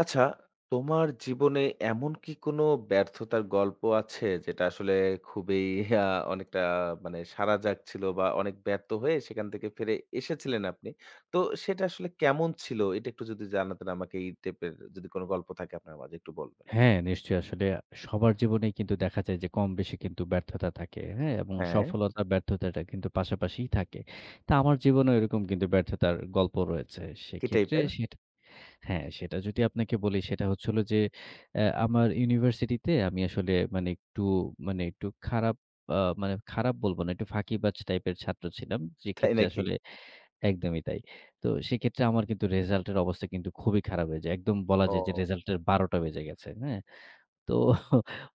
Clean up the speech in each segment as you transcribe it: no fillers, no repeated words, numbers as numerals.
আচ্ছা, তোমার জীবনে এমন কি কোনো ব্যর্থতার গল্প আছে যেটা আসলে খুবই আ অনেকটা মানে সাড়া জাগছিল বা অনেক ব্যর্থ হয়ে সেখান থেকে ফিরে এসেছিলেন আপনি। তো সেটা আসলে কেমন ছিল? এটা একটু যদি জানাতেন আমাকে এই টাইপের যদি কোনো গল্প থাকে আপনার মাঝে একটু বলবেন। হ্যাঁ, নিশ্চয়ই আসলে সবার জীবনেই কিন্তু দেখা যায় যে কম বেশি কিন্তু ব্যর্থতা থাকে, হ্যাঁ? এবং হ্যাঁ, সফলতা ব্যর্থতাটা কিন্তু পাশাপাশিই থাকে। তা আমার জীবনেও এরকম কিন্তু ব্যর্থতার গল্প রয়েছে। কি সেক্ষেত্রে টাইপের? সেটা হ্যাঁ, সেটা যদি আপনাকে বলি সেটা হচ্ছে হলো যে আমার ইউনিভার্সিটিতে আমি আসলে মানে একটু মানে একটু খারাপ মানে খারাপ বলবো না, একটু ফাঁকিবাজ টাইপের ছাত্র ছিলাম। তাই যেক্ষেত্রে নাকি? আসলে একদমই তাই। তো সেক্ষেত্রে আমার কিন্তু রেজাল্টের অবস্থা কিন্তু খুবই খারাপ হয়ে যায়। একদম বলা ও, যায় যে রেজাল্টের ১২ টা বেজে গেছে, হ্যাঁ? তো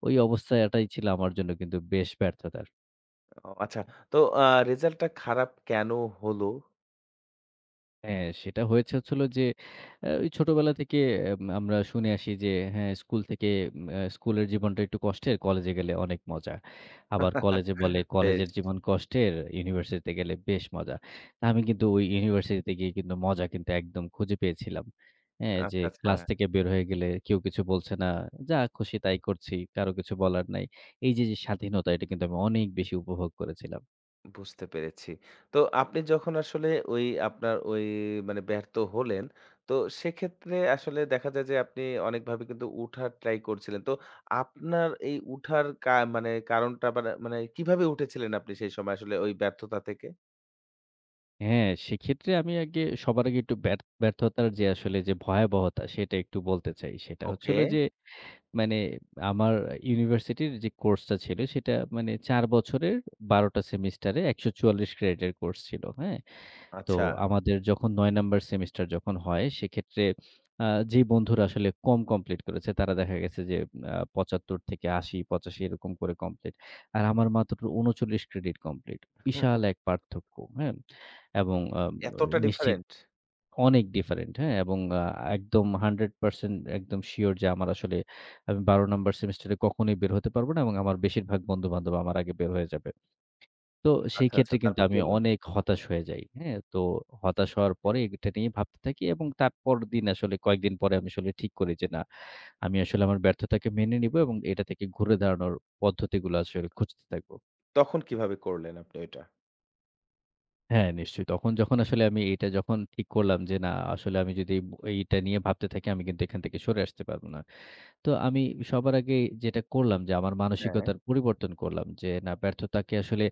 ওই অবস্থায় এটাই ছিল আমার জন্য কিন্তু বেশ ব্যর্থতার। ও আচ্ছা। তো আ রেজাল্টটা খারাপ কেন হলো? হ্যাঁ, সেটা হয়েছে হচ্ছে হলো যে ওই ছোটবেলা থেকে আমরা শুনে আসি যে হ্যাঁ, স্কুল থেকে উম আ স্কুলের জীবনটা একটু কষ্টের, কলেজে গেলে অনেক মজা। আবার কলেজে বলে বেশ। কলেজের জীবন কষ্টের, ইউনিভার্সিটিতে গেলে বেশ মজা। তা আমি কিন্তু ওই ইউনিভার্সিটিতে গিয়ে কিন্তু মজা কিন্তু একদম খুঁজে পেয়েছিলাম। হ্যাঁ, যে আচ্ছা, আচ্ছা। ক্লাস থেকে বের হয়ে গেলে কেউ কিছু বলছে না। যা খুশি তাই করছি, কারো কিছু বলার নাই। এই যে, যে স্বাধীনতা এটা কিন্তু আমি অনেক বেশি উপভোগ করেছিলাম। বুঝতে পেরেছি। তো আপনি যখন আসলে ওই আপনার ওই মানে ব্যর্থ হলেন, তো সেক্ষেত্রে আসলে দেখা যায় যে আপনি অনেকভাবে কিন্তু উঠার ট্রাই করছিলেন। তো আপনার এই উঠার কা মানে কারণটা মানে মানে কিভাবে উঠেছিলেন আপনি সেই সময় আসলে ওই ব্যর্থতা থেকে? হ্যাঁ, সেক্ষেত্রে আমি আগে সবার আগে একটু ব্যর্থতার যে আসলে যে ভয়াবহতা সেটা একটু বলতে চাই। সেটা হচ্ছে ওকে, হলো যে মানে আমার ইউনিভার্সিটির যে কোর্সটা ছিল সেটা মানে ৪ বছরের ১২ টা সেমিস্টারে ১৪৪ ক্রেডিটের কোর্স ছিল। হ্যাঁ? তো আচ্ছা। আমাদের যখন ৯ নাম্বার সেমিস্টার যখন হয় সেক্ষেত্রে আ যেই বন্ধুরা আসলে কম কমপ্লিট করেছে তারা দেখা গেছে যে ৭৫ থেকে ৮০, ৮৫ এরকম করে কমপ্লিট। আর আমার মাত্র ৩৯ ক্রেডিট কমপ্লিট। হুম, বিশাল হুম। এক পার্থক্য, হ্যাঁ? এবং এতটা নিশ্চিত ডিফারেন্ট? অনেক ডিফারেন্ট, হ্যাঁ? এবং একদম 100% একদম সিউর যে আমার আসলে আমি ১২ নাম্বার সেমিস্টারে কখনোই বের হতে পারব না এবং আমার বেশিরভাগ বন্ধু-বান্ধব আমার আগে বের হয়ে যাবে। তো সেই আচ্ছা, আচ্ছা। ক্ষেত্রে কিন্তু তারপর কি আমি হলো? অনেক হতাশ হয়ে যাই। হ্যাঁ? তো হতাশ হওয়ার ওকে। পরে এটা নিয়ে ভাবতে থাকি এবং তারপর দিন আসলে কয়েকদিন পরে আমি আসলে ঠিক করি যে না, আমি আসলে আমার ব্যর্থতাকে মেনে নিবো এবং এটা থেকে ঘুরে দাঁড়ানোর পদ্ধতিগুলো আসলে খুঁজতে থাকবো। তখন কিভাবে করলেন আপনি ওইটা? হ্যাঁ, নিশ্চয়ই। তখন যখন আসলে আমি এটা যখন ঠিক করলাম যে না আসলে আমি যদি এইটা নিয়ে ভাবতে থাকি আমি কিন্তু এখান থেকে সরে আসতে পারব না। তো আমি সবার আগে যেটা করলাম যে আমার হ্যাঁ, মানসিকতার পরিবর্তন করলাম যে না ব্যর্থতাকে আসলে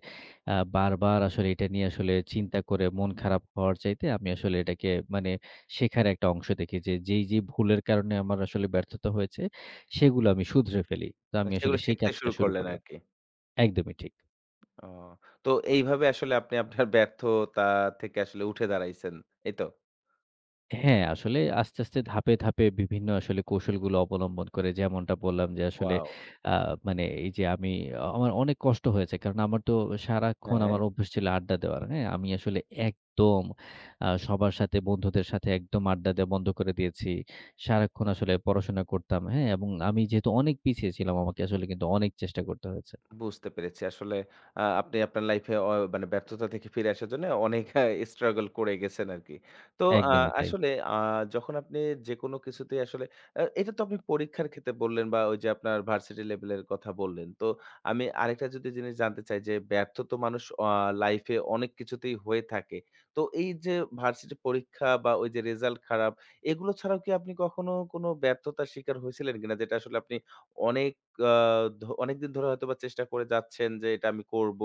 বারবার আসলে এটা নিয়ে আসলে চিন্তা করে মন খারাপ হওয়ার চাইতে আমি আসলে এটাকে মানে শেখার একটা অংশ দেখি যে যেই, যেই ভুলের কারণে আমার আসলে ব্যর্থতা হয়েছে সেগুলো আমি শুধরে ফেলি। তো আমি আসলে সেগুলো সেই শিখতে কাজটা শুরু শুরু করলেন করলাম। আরকি। একদমই ঠিক। ও তো এইভাবে আসলে আপনি আপনার ব্যর্থতা থেকে আসলে উঠে দাঁড়াইছেন। এই তো? হ্যাঁ, আসলে আস্তে, আস্তে ধাপে, ধাপে বিভিন্ন আসলে কৌশলগুলো অবলম্বন করে যেমনটা বললাম যে আসলে ওয়াও! আ মানে এই যে আমি আমার অনেক কষ্ট হয়েছে। কারণ আমার তো সারাক্ষণ হ্যাঁ। আমার অভ্যাস ছিল আড্ডা দেওয়ার। হ্যাঁ? আমি আসলে একদম সবার সাথে বন্ধুদের সাথে একদম আড্ডা দেওয়া বন্ধ করে দিয়েছি। সারাক্ষণ আসলে পড়াশোনা করতাম। হ্যাঁ? এবং আমি যেহেতু অনেক পিছিয়ে ছিলাম আমাকে আসলে কিন্তু অনেক চেষ্টা করতে হয়েছে। বুঝতে পেরেছি। আসলে আপনি আপনার লাইফে অ মানে ব্যর্থতা থেকে ফিরে আসার জন্য অনেক struggle করে গেছেন আরকি। তো আ একদমই তাই। আসলে আ যখন আপনি যেকোনো কিছুতেই আসলে এটা তো আপনি পরীক্ষার ক্ষেত্রে বললেন বা ওই যে আপনার ভার্সিটি লেভেলের কথা বললেন। তো আমি আরেকটা যদি জিনিস জানতে চাই যে ব্যর্থ তো মানুষ লাইফে অনেক কিছুতেই হয়ে থাকে। তো এই যে ভার্সিটি পরীক্ষা বা ওই যে রেজাল্ট খারাপ এগুলো ছাড়াও কি আপনি কখনো কোনো ব্যর্থতার শিকার হয়েছিলেন কিনা? যেটা আসলে আপনি অনেক আ ধ অনেকদিন ধরে হয়তোবা চেষ্টা করে যাচ্ছেন যে এটা আমি করব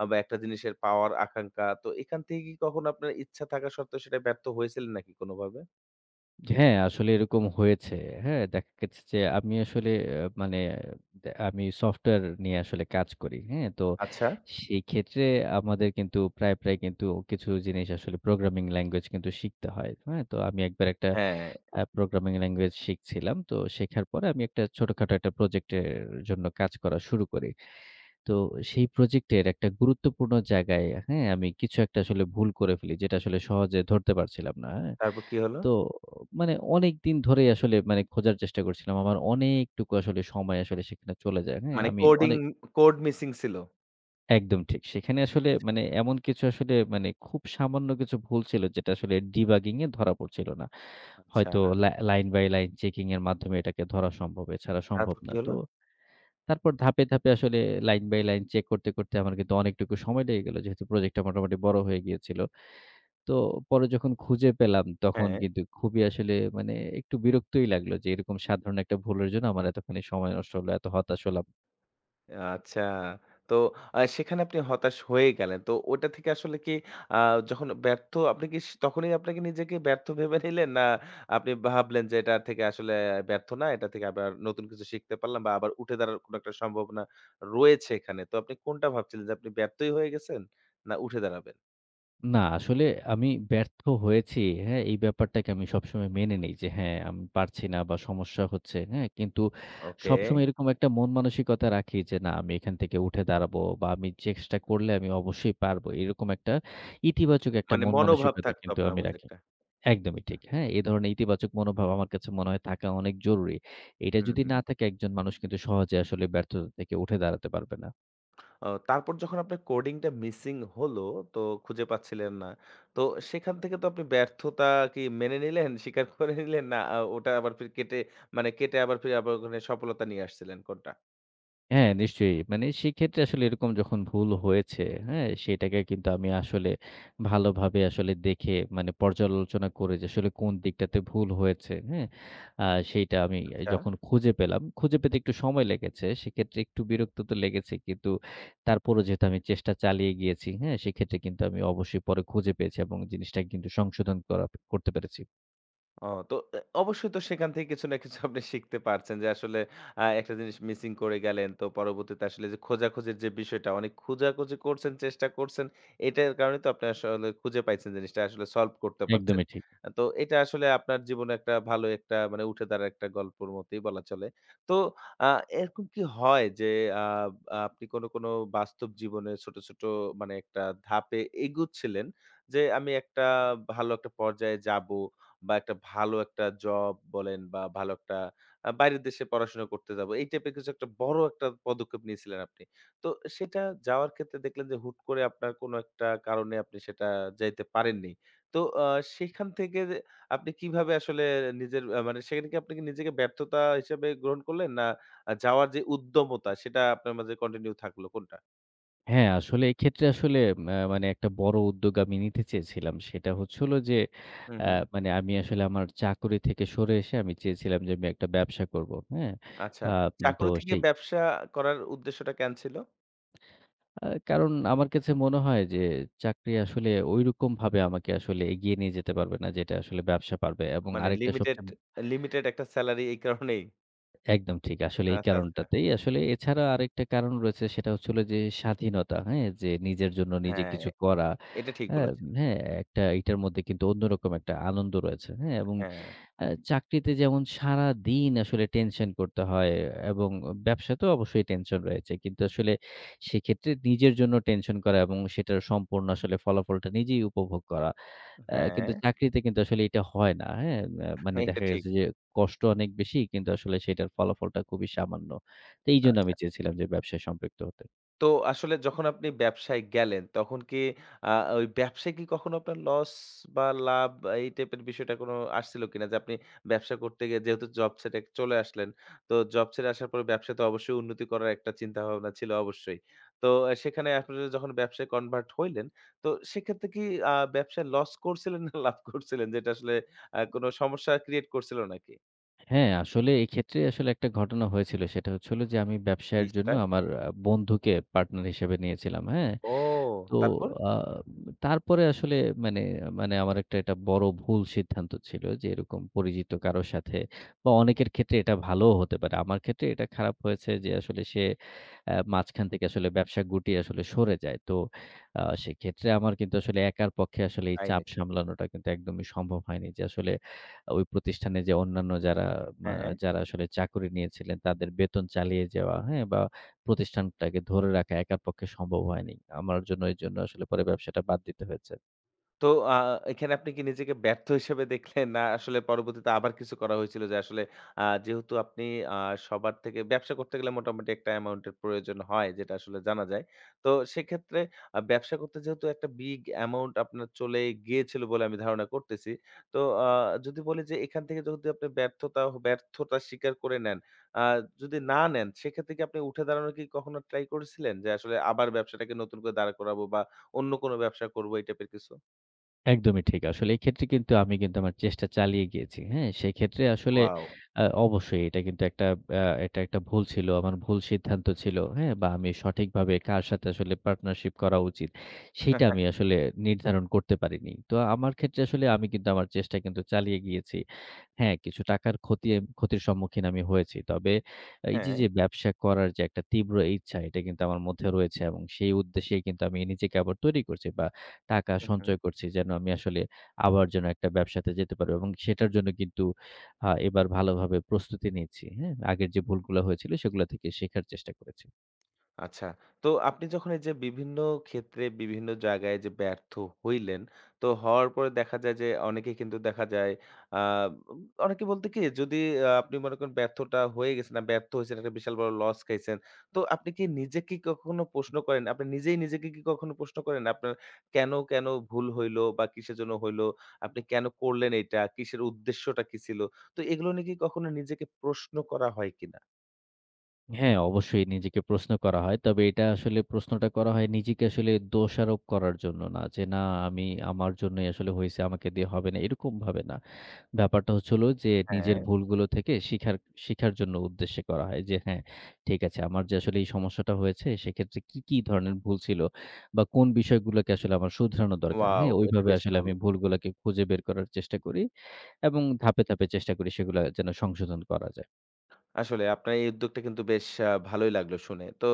বা একটা জিনিসের পাওয়ার আকাঙ্খা। তো এখান থেকে কি কখনো আপনার ইচ্ছা থাকা সত্ত্বেও সেটায় ব্যর্থ হয়েছিলেন নাকি কোনভাবে? হ্যাঁ, আসলে এরকম হয়েছে। হ্যাঁ, দেখা গেছে যে আমি আসলে মানে আমি সফটওয়্যার নিয়ে আসলে কাজ করি। হ্যাঁ? তো আচ্ছা। সেই ক্ষেত্রে আমাদের কিন্তু প্রায়, প্রায় কিন্তু কিছু জিনিস আসলে প্রোগ্রামিং ল্যাঙ্গুয়েজ কিন্তু শিখতে হয়। হ্যাঁ? তো আমি একবার একটা হ্যাঁ, প্রোগ্রামিং ল্যাঙ্গুয়েজ শিখছিলাম। তো শেখার পরে আমি একটা ছোটখাটো একটা প্রজেক্টের জন্য কাজ করা শুরু করি। তো সেই প্রজেক্টের একটা গুরুত্বপূর্ণ জায়গায় হ্যাঁ, আমি কিছু একটা আসলে ভুল করে ফেলি যেটা আসলে সহজে ধরতে পারছিলাম না। হ্যাঁ? তারপর কি হলো? তো মানে অনেকদিন ধরেই আসলে মানে খোঁজার চেষ্টা করছিলাম। আমার অনেকটুকু আসলে সময় আসলে সেখানে চলে যায়। হ্যাঁ? মানে আমি অনেক কোড মিসিং ছিল। একদম ঠিক। সেখানে আসলে আচ্ছা, মানে এমন কিছু আসলে মানে খুব সামান্য কিছু ভুল ছিল যেটা আসলে ডিবাগিং এ ধরা পড়ছিল না। আচ্ছা। হয়তো লাইন বাই লাইন চেকিং এর মাধ্যমে এটাকে ধরা সম্ভব, এছাড়া সম্ভব তারপর কি না। তো হলো? তারপর ধাপে, ধাপে আসলে লাইন বাই লাইন চেক করতে, করতে আমার কিন্তু অনেকটুকু সময় লেগে গেল। যেহেতু প্রজেক্টটা মোটামুটি বড় হয়ে গিয়েছিল। তো পরে যখন খুঁজে পেলাম তখন হ্যাঁ। কিন্তু খুবই আসলে মানে একটু বিরক্তই লাগলো যে এরকম সাধারণ একটা ভুলের জন্য আমার এতখানি সময় নষ্ট হলো, এত হতাশ হলাম। আচ্ছা। তো সেখানে আপনি হতাশ হয়ে গেলেন। তো ওটা থেকে আসলে কি আ যখন ব্যর্থ আপনি কি স তখনই আপনাকে নিজেকে ব্যর্থ ভেবে নিলেন? না আপনি ভাবলেন যে এটা থেকে আসলে ব্যর্থ না, এটা থেকে আবার নতুন কিছু শিখতে পারলাম বা আবার উঠে দাঁড়ার কোনো একটা সম্ভাবনা রয়েছে এখানে। তো আপনি কোনটা ভাবছিলেন যে আপনি ব্যর্থই হয়ে গেছেন? না উঠে দাঁড়াবেন? না আসলে আমি ব্যর্থ হয়েছি, হ্যাঁ? এই ব্যাপারটাকে আমি সবসময় মেনে নেই যে হ্যাঁ, আমি পারছি না বা সমস্যা হচ্ছে, হ্যাঁ? কিন্তু ওকে। সবসময় এরকম একটা মন মানসিকতা রাখি যে না আমি এখান থেকে উঠে দাঁড়াবো বা আমি চেষ্টা করলে আমি অবশ্যই পারবো। এরকম একটা ইতিবাচক একটা মানে মন মনোভাব মানসিকতা থাকতো কিন্তু আপনার আমি মধ্যে রাখি। একটা। একদমই ঠিক। হ্যাঁ, এ ধরনের ইতিবাচক মনোভাব আমার কাছে মনে হয় থাকা অনেক জরুরি। এটা যদি হুম। না থাকে একজন মানুষ কিন্তু সহজে আসলে ব্যর্থতা থেকে উঠে দাঁড়াতে পারবে না। ও তারপর যখন আপনার কোডিংটা মিসিং হলো, তো খুঁজে পাচ্ছিলেন না। তো সেখান থেকে তো আপনি ব্যর্থতা কি মেনে নিলেন, স্বীকার করে নিলেন? না ওটা আবার ফির কেটে মানে কেটে আবার ফিরে আবার ওখানে সফলতা নিয়ে আসছিলেন কোনটা? হ্যাঁ, নিশ্চয়ই। মানে সেক্ষেত্রে আসলে এরকম যখন ভুল হয়েছে, হ্যাঁ? সেটাকে কিন্তু আমি আসলে ভালোভাবে আসলে দেখে মানে পর্যালোচনা করে যে আসলে কোন দিকটাতে ভুল হয়েছে, হ্যাঁ? আ সেইটা আমি আচ্ছা। যখন খুঁজে পেলাম, খুঁজে পেতে একটু সময় লেগেছে। সেক্ষেত্রে একটু বিরক্ত তো লেগেছে কিন্তু তারপরও যেহেতু আমি চেষ্টা চালিয়ে গিয়েছি, হ্যাঁ? সেক্ষেত্রে কিন্তু আমি অবশ্যই পরে খুঁজে পেয়েছি এবং জিনিসটাকে কিন্তু সংশোধন করা করতে পেরেছি। ও তো এ অবশ্যই তো সেখান থেকে কিছু না কিছু আপনি শিখতে পারছেন যে আসলে একটা জিনিস মিসিং করে গেলেন। তো পরবর্তীতে আসলে যে খোঁজাখুঁজির যে বিষয়টা অনেক খোঁজাখুঁজি করছেন, চেষ্টা করছেন। এটার কারণে তো আপনি আসলে খুঁজে পাইছেন জিনিসটা আসলে সলভ করতে পারছেন। একদমই ঠিক। আ তো এটা আসলে আপনার জীবনে একটা ভালো একটা মানে উঠে দাঁড়ার একটা গল্পর মতোই বলা চলে। তো আ এরকম কি হয় যে আ আপনি কোনো, কোনো বাস্তব জীবনে ছোট, ছোট মানে একটা ধাপে এগুচ্ছিলেন যে আমি একটা ভালো একটা পর্যায়ে যাবো। বা একটা ভালো একটা জব বলেন বা ভালো একটা বাইরের দেশে পড়াশোনা করতে যাবো। এই টাইপের কিছু একটা বড় একটা পদক্ষেপ নিয়েছিলেন আপনি। তো সেটা যাওয়ার ক্ষেত্রে দেখলেন যে হুট করে আপনার কোনো একটা কারণে আপনি সেটা যাইতে পারেননি। তো সেখান থেকে যে আপনি কিভাবে আসলে নিজের মানে সেখানে আপনি কি নিজেকে ব্যর্থতা হিসেবে গ্রহণ করলেন? না যাওয়ার যে উদ্যমতা সেটা আপনার মাঝে কন্টিনিউ থাকলো কোনটা? হ্যাঁ, আসলে এক্ষেত্রে আসলে মানে একটা বড় উদ্যোগ আমি নিতে চেয়েছিলাম। সেটা হচ্ছে হলো যে, হুম, অ্যা হুম। মানে আমি আসলে আমার চাকরি থেকে সরে এসে আমি চেয়েছিলাম যে আমি একটা ব্যবসা করব। হ্যাঁ? আচ্ছা। আ উম তো চাকরি থেকে সেই ব্যবসা করার উদ্দেশ্যটা কেন ছিল? কারণ আমার কাছে মনে হয় যে চাকরি আসলে ঐরকমভাবে আমাকে আসলে এগিয়ে নিয়ে যেতে পারবে না যেটা আসলে ব্যবসা পারবে। এবং মানে আরেকটা লিমিটেড, সবচেয়ে লিমিটেড একটা সেলারি এই কারণেই। একদম ঠিক। আসলে এই আচ্ছা, আচ্ছা। কারণটাতেই। আসলে এছাড়া আরেকটা কারণ রয়েছে সেটা হচ্ছে হলো যে স্বাধীনতা, হ্যাঁ? যে নিজের জন্য নিজে হ্যাঁ, কিছু করা। এটা ঠিক আ বলেছেন। হ্যাঁ, একটা এটার মধ্যে কিন্তু অন্যরকম একটা আনন্দ রয়েছে, হ্যাঁ? এবং হ্যাঁ, চাকরিতে যেমন সারাদিন আসলে টেনশন করতে হয় এবং ব্যবসাতেও অবশ্যই টেনশন রয়েছে। কিন্তু আসলে সেক্ষেত্রে নিজের জন্য টেনশন করা এবং সেটার সম্পূর্ণ আসলে ফলাফলটা নিজেই উপভোগ করা। হ্যাঁ, কিন্তু চাকরিতে কিন্তু আসলে এটা হয় না। হ্যাঁ? মানে এটা দেখা ঠিক। গেছে যে কষ্ট অনেক বেশি কিন্তু আসলে সেটার ফলাফলটা খুবই সামান্য। তো এইজন্য আমি আচ্ছা। চেয়েছিলাম যে ব্যবসায় সম্পৃক্ত হতে। তো আসলে যখন আপনি ব্যবসায় গেলেন, তখন কি আ ওই ব্যবসায় কি কখনো আপনার লস বা লাভ এই টাইপের বিষয়টা কোনো আসছিল কিনা? যে আপনি ব্যবসা করতে গিয়ে যেহেতু জব ছেড়ে চলে আসলেন, তো জব ছেড়ে আসার পরে ব্যবসাতে অবশ্যই উন্নতি করার একটা চিন্তাভাবনা ছিল অবশ্যই। তো সেখানে আপনারা যখন ব্যবসায় কনভার্ট হইলেন, তো সেক্ষেত্রে কি ব্যবসায় লস করছিলেন না লাভ করছিলেন? যেটা আসলে কোনো সমস্যা ক্রিয়েট করছিল নাকি? হ্যাঁ, আসলে এক্ষেত্রে আসলে একটা ঘটনা হয়েছিল। সেটা হচ্ছে হলো যে আমি কি ব্যবসায়ের জন্য সেটা? আমার বন্ধুকে পার্টনার হিসেবে নিয়েছিলাম। হ্যাঁ? ও! তো তারপর? আ তারপরে আসলে মানে মানে আমার একটা এটা বড় ভুল সিদ্ধান্ত ছিল যে এরকম পরিচিত কারো সাথে বা অনেকের ক্ষেত্রে এটা ভালোও হতে পারে। আমার ক্ষেত্রে এটা খারাপ হয়েছে যে আসলে সে মাঝখান থেকে আসলে ব্যবসা গুটিয়ে আসলে সরে যায়। তো সেক্ষেত্রে আমার কিন্তু আসলে একার পক্ষে আসলে এই তাই চাপ নাকি? সামলানোটা কিন্তু একদমই সম্ভব হয়নি। যে আসলে ওই প্রতিষ্ঠানে যে অন্যান্য যারা মা হ্যাঁ। যারা আসলে চাকরি নিয়েছিলেন তাদের বেতন চালিয়ে যাওয়া, হ্যাঁ? বা প্রতিষ্ঠানটাকে ধরে রাখা একার পক্ষে সম্ভব হয়নি। আমার জন্য এজন্য আসলে পরে ব্যবসাটা বাদ দিতে হয়েছে। তো আ এখানে আপনি কি নিজেকে ব্যর্থ হিসেবে দেখলেন? না আসলে পরবর্তীতে আবার কিছু করা হয়েছিল যে আসলে যেহেতু আপনি আ সবার থেকে ব্যবসা করতে গেলে মোটামুটি একটা অ্যামাউন্ট এর প্রয়োজন হয় যেটা আসলে জানা যায়। তো সেক্ষেত্রে ব্যবসা করতে যেহেতু একটা বিগ অ্যামাউন্ট আপনার চলে গিয়েছিল বলে আমি ধারণা করতেছি। তো আ যদি বলি যে এখান থেকে যদি আপনি ব্যর্থতা ব্যর্থতা স্বীকার করে নেন, আ যদি না নেন সেক্ষেত্রে কি আপনি উঠে দাঁড়ানোর কি কখনো ট্রাই করেছিলেন? যে আসলে আবার ব্যবসাটাকে নতুন করে দাঁড় করাবো বা অন্য কোনো ব্যবসা করবো এই টাইপের কিছু? একদমই ঠিক। আসলে এই ক্ষেত্রে কিন্তু আমি কিন্তু আমার চেষ্টা চালিয়ে গিয়েছি। হ্যাঁ? সেক্ষেত্রে আসলে ওয়াও! অবশ্যই এটা কিন্তু একটা এটা একটা ভুল ছিল। আমার ভুল সিদ্ধান্ত ছিল। হ্যাঁ? বা আমি সঠিকভাবে কার সাথে আসলে পার্টনারশিপ করা উচিত সেটা আমি আসলে নির্ধারণ করতে পারিনি। তো আমার ক্ষেত্রে আসলে আমি কিন্তু আমার চেষ্টা কিন্তু চালিয়ে গিয়েছি। হ্যাঁ, কিছু টাকার ক্ষতি ক্ষতির সম্মুখীন আমি হয়েছি। তবে এই যে, হ্যাঁ। যে ব্যবসা করার যে একটা তীব্র ইচ্ছা এটা কিন্তু আমার মধ্যে রয়েছে এবং সেই উদ্দেশ্যেই কিন্তু আমি নিজেকে আবার তৈরি করছি বা টাকা হুম, হুম। সঞ্চয় করছি যেন আমি আসলে আবার যেন একটা ব্যবসাতে যেতে পারবো এবং সেটার জন্য কিন্তু এবার ভালোভাবে প্রস্তুতি নিচ্ছি। হ্যাঁ? আগের যে ভুলগুলো হয়েছিল সেগুলো থেকে শেখার চেষ্টা করেছি। আচ্ছা। তো আপনি যখন এই যে বিভিন্ন ক্ষেত্রে বিভিন্ন জায়গায় যে ব্যর্থ হইলেন, তো হওয়ার পরে দেখা যায় যে অনেকে কিন্তু দেখা যায় আ অনেকে বলতে কি যদি আপনি মনে করেন ব্যর্থটা হয়ে গেছেন না ব্যর্থ হইছেন একটা বিশাল বড় লস খাইছেন। তো আপনি কি নিজে কি কখনো প্রশ্ন করেন? আপনি নিজেই নিজেকে কি কখনো প্রশ্ন করেন? আপনার কেন ভুল হইলো বা কিসের জন্য হইলো? আপনি কেন করলেন এইটা? কিসের উদ্দেশ্যটা কি ছিল? তো এগুলো নিয়ে কি কখনো নিজেকে প্রশ্ন করা হয় কিনা? হ্যাঁ, অবশ্যই নিজেকে প্রশ্ন করা হয়। তবে এটা আসলে প্রশ্নটা করা হয় নিজেকে আসলে দোষারোপ করার জন্য না। যে না আমি আমার জন্যই আসলে হইছে, আমাকে দিয়ে হবে না, এরকম ভাবে না। ব্যাপারটা হচ্ছে হলো যে নিজের হ্যাঁ, ভুলগুলো থেকে শিখার শিখার জন্য উদ্দেশ্যে করা হয় যে হ্যাঁ, ঠিক আছে আমার যে আসলে এই সমস্যাটা হয়েছে সেক্ষেত্রে কি, কি ধরনের ভুল ছিল বা কোন বিষয়গুলোকে আসলে আমার শুধরানো দরকার। ওয়াও! হ্যাঁ, এটা ওইভাবে বেশ আসলে ভালো। আমি ভুলগুলাকে খুঁজে বের করার চেষ্টা করি এবং ধাপে, ধাপে চেষ্টা করি সেগুলা যেন সংশোধন করা যায়। আসলে আপনার এই উদ্যোগটা কিন্তু বেশ ভালোই লাগলো শুনে। তো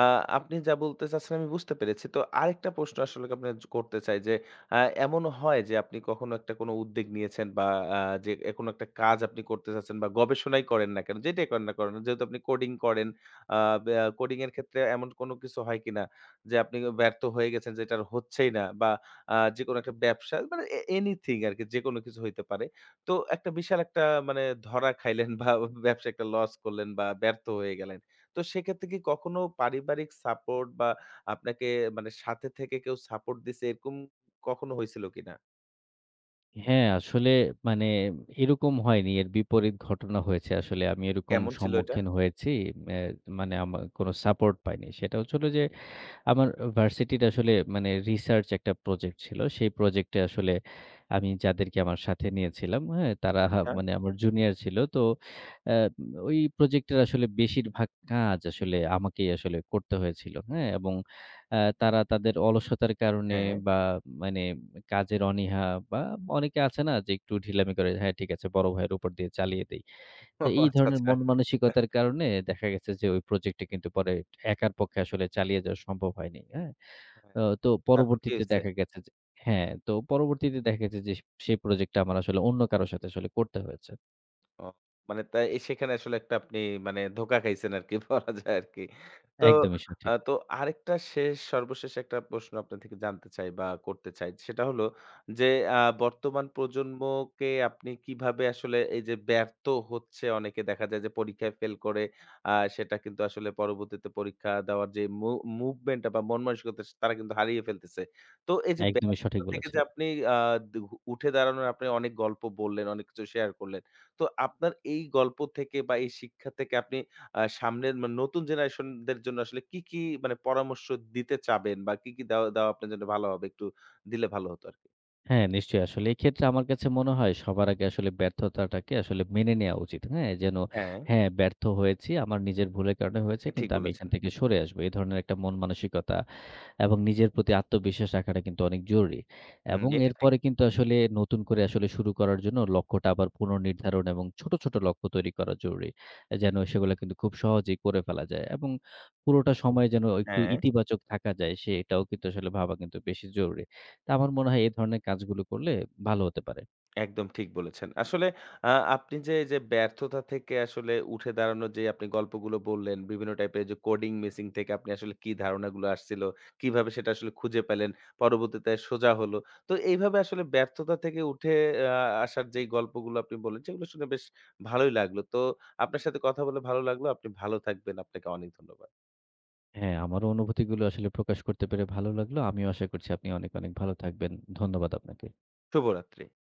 আ আপনি যা বলতে চাচ্ছেন আমি বুঝতে পেরেছি। তো আরেকটা প্রশ্ন আসলে আপনার জ করতে চাই যে, আ এমনও হয় যে আপনি কখনো একটা কোনো উদ্যোগ নিয়েছেন বা আ যে এ কোনো একটা কাজ আপনি করতে চাচ্ছেন বা গবেষণাই করেন না কেন, যেটাই করেন না করেন, যেহেতু আপনি কোডিং করেন, আ ব্যা কোডিং এর ক্ষেত্রে এমন কোনো কিছু হয় কিনা যে আপনি ব্যর্থ হয়ে গেছেন যেটা আর হচ্ছেই না বা যেকোনো একটা ব্যবসা মানে এনিথিং আরকি যেকোনো কিছু হইতে পারে। তো একটা বিশাল একটা মানে ধরা খাইলেন বা ব্যবসায় একটা লস করলেন বা ব্যর্থ হয়ে গেলেন। তো সেক্ষেত্রে কি কখনো পারিবারিক সাপোর্ট বা আপনাকে মানে সাথে থেকে কেউ সাপোর্ট দিছে এরকম কখনো হয়েছিল কিনা? হ্যাঁ, আসলে মানে এরকম হয়নি। এর বিপরীত ঘটনা হয়েছে। আসলে আমি এরকম কেমন ছিল এটা? সম্মুখীন হয়েছি। অ্যা মানে আমার কোন সাপোর্ট পাইনি। সেটা হচ্ছে হলো যে আমার ভার্সিটির আসলে মানে রিসার্চ একটা প্রজেক্ট ছিল। সেই প্রজেক্টে আসলে আমি যাদেরকে আমার সাথে নিয়েছিলাম, হ্যাঁ? তারা আচ্ছা, মানে আমার জুনিয়র ছিল। তো অ্যা ওই প্রজেক্টের আসলে বেশিরভাগ কাজ আসলে আমাকেই আসলে করতে হয়েছিল, হ্যাঁ? এবং তারা তাদের অলসতার কারণে হ্যাঁ। বা মানে কাজের অনীহা বা অনেকে আছে না যে একটু ঢিলামি করে, "হ্যাঁ, ঠিক আছে বড় ভাইয়ের উপর দিয়ে চালিয়ে দেই।" তো ও এই আচ্ছা, ধরনের আচ্ছা। মন মানসিকতার কারণে দেখা গেছে যে ওই প্রজেক্টটা কিন্তু পরে একার পক্ষে আসলে চালিয়ে যাওয়া সম্ভব হয়নি। হ্যাঁ? হ্যাঁ, তো তারপর কি পরবর্তীতে হইছে? দেখা গেছে যে হ্যাঁ, তো পরবর্তীতে দেখা গেছে যে সেই প্রজেক্টটা আমার আসলে অন্য কারো সাথে আসলে করতে হয়েছে। ও মানে তাই এ সেখানে আসলে একটা আপনি মানে ধোকা খাইছেন আরকি বলা যায় আরকি। তো একদমই আ সঠিক, তো আরেকটা সর্বশেষ একটা প্রশ্ন আপনার থেকে জানতে চাই বা করতে চাই। সেটা হলো যে আ বর্তমান প্রজন্মকে আপনি কিভাবে আসলে এই যে ব্যর্থ হচ্ছে অনেকে দেখা যায় যে পরীক্ষায় ফেল করে আ সেটা কিন্তু আসলে পরবর্তীতে পরীক্ষা দেওয়ার যে মুভমেন্ট টা বা মন মানসিকতা তারা কিন্তু হারিয়ে ফেলতেছে। তো এই যে একদমই সঠিক ব্যর্থতা থেকে বলেছেন। যে আপনি আ দু উঠে দাঁড়ানোর আপনি অনেক গল্প বললেন, অনেক কিছু শেয়ার করলেন। তো আপনার এই গল্প থেকে বা এই শিক্ষা থেকে আপনি সামনের মানে নতুন জেনারেশন দের জন্য আসলে কি মানে পরামর্শ দিতে চাবেন বা কি দেওয়া আপনার জন্য ভালো হবে? একটু দিলে ভালো হতো আরকি। হ্যাঁ, নিশ্চয়ই। আসলে এক্ষেত্রে আমার কাছে মনে হয় সবার আগে আসলে ব্যর্থতাটাকে আসলে মেনে নেয়া উচিত। হ্যাঁ? যেন হ্যাঁ, হ্যাঁ, ব্যর্থ হয়েছি। আমার নিজের ভুলের কারণে হয়েছে এ ঠিক কিন্তু আমি এখান বলেছেন। থেকে সরে আসবো। এ ধরনের একটা মন মানসিকতা এবং নিজের প্রতি আত্মবিশ্বাস রাখাটা কিন্তু অনেক জরুরি। হুম, এবং এটা ঠিক। এরপরে কিন্তু আসলে নতুন করে আসলে শুরু করার জন্য লক্ষ্যটা আবার পুনর্নির্ধারণ এবং ছোট, ছোট লক্ষ্য তৈরি করা জরুরি। যেন সেগুলা কিন্তু খুব সহজেই করে ফেলা যায়। এবং পুরোটা সময় যেন একটু হ্যাঁ। ইতিবাচক থাকা যায় সেটাও কিন্তু আসলে ভাবা কিন্তু বেশি জরুরি। তা আমার মনে হয় এ ধরনের কাজগুলো করলে ভালো হতে পারে। একদম ঠিক বলেছেন। আসলে আপনি যে ব্যর্থতা থেকে আসলে উঠে দাঁড়ানোর যে আপনি গল্পগুলো বললেন, বিভিন্ন টাইপের যে কোডিং মিসিং থেকে আপনি আসলে কি ধারণাগুলো আসছিল, কিভাবে সেটা আসলে খুঁজে পেলেন, পরবর্তীতে সোজা হলো। তো এইভাবে আসলে ব্যর্থতা থেকে উঠে আ আসার যেই গল্পগুলো আপনি বললেন, সেগুলো শুনে বেশ ভালোই লাগলো। তো আপনার সাথে কথা বলে ভালো লাগলো। আপনি ভালো থাকবেন। আপনাকে অনেক ধন্যবাদ। হ্যাঁ, আমারও অনুভূতিগুলো আসলে প্রকাশ করতে পেরে ভালো লাগলো। আমিও আশা করছি আপনি অনেক, অনেক ভালো থাকবেন। ধন্যবাদ আপনাকে। শুভরাত্রি।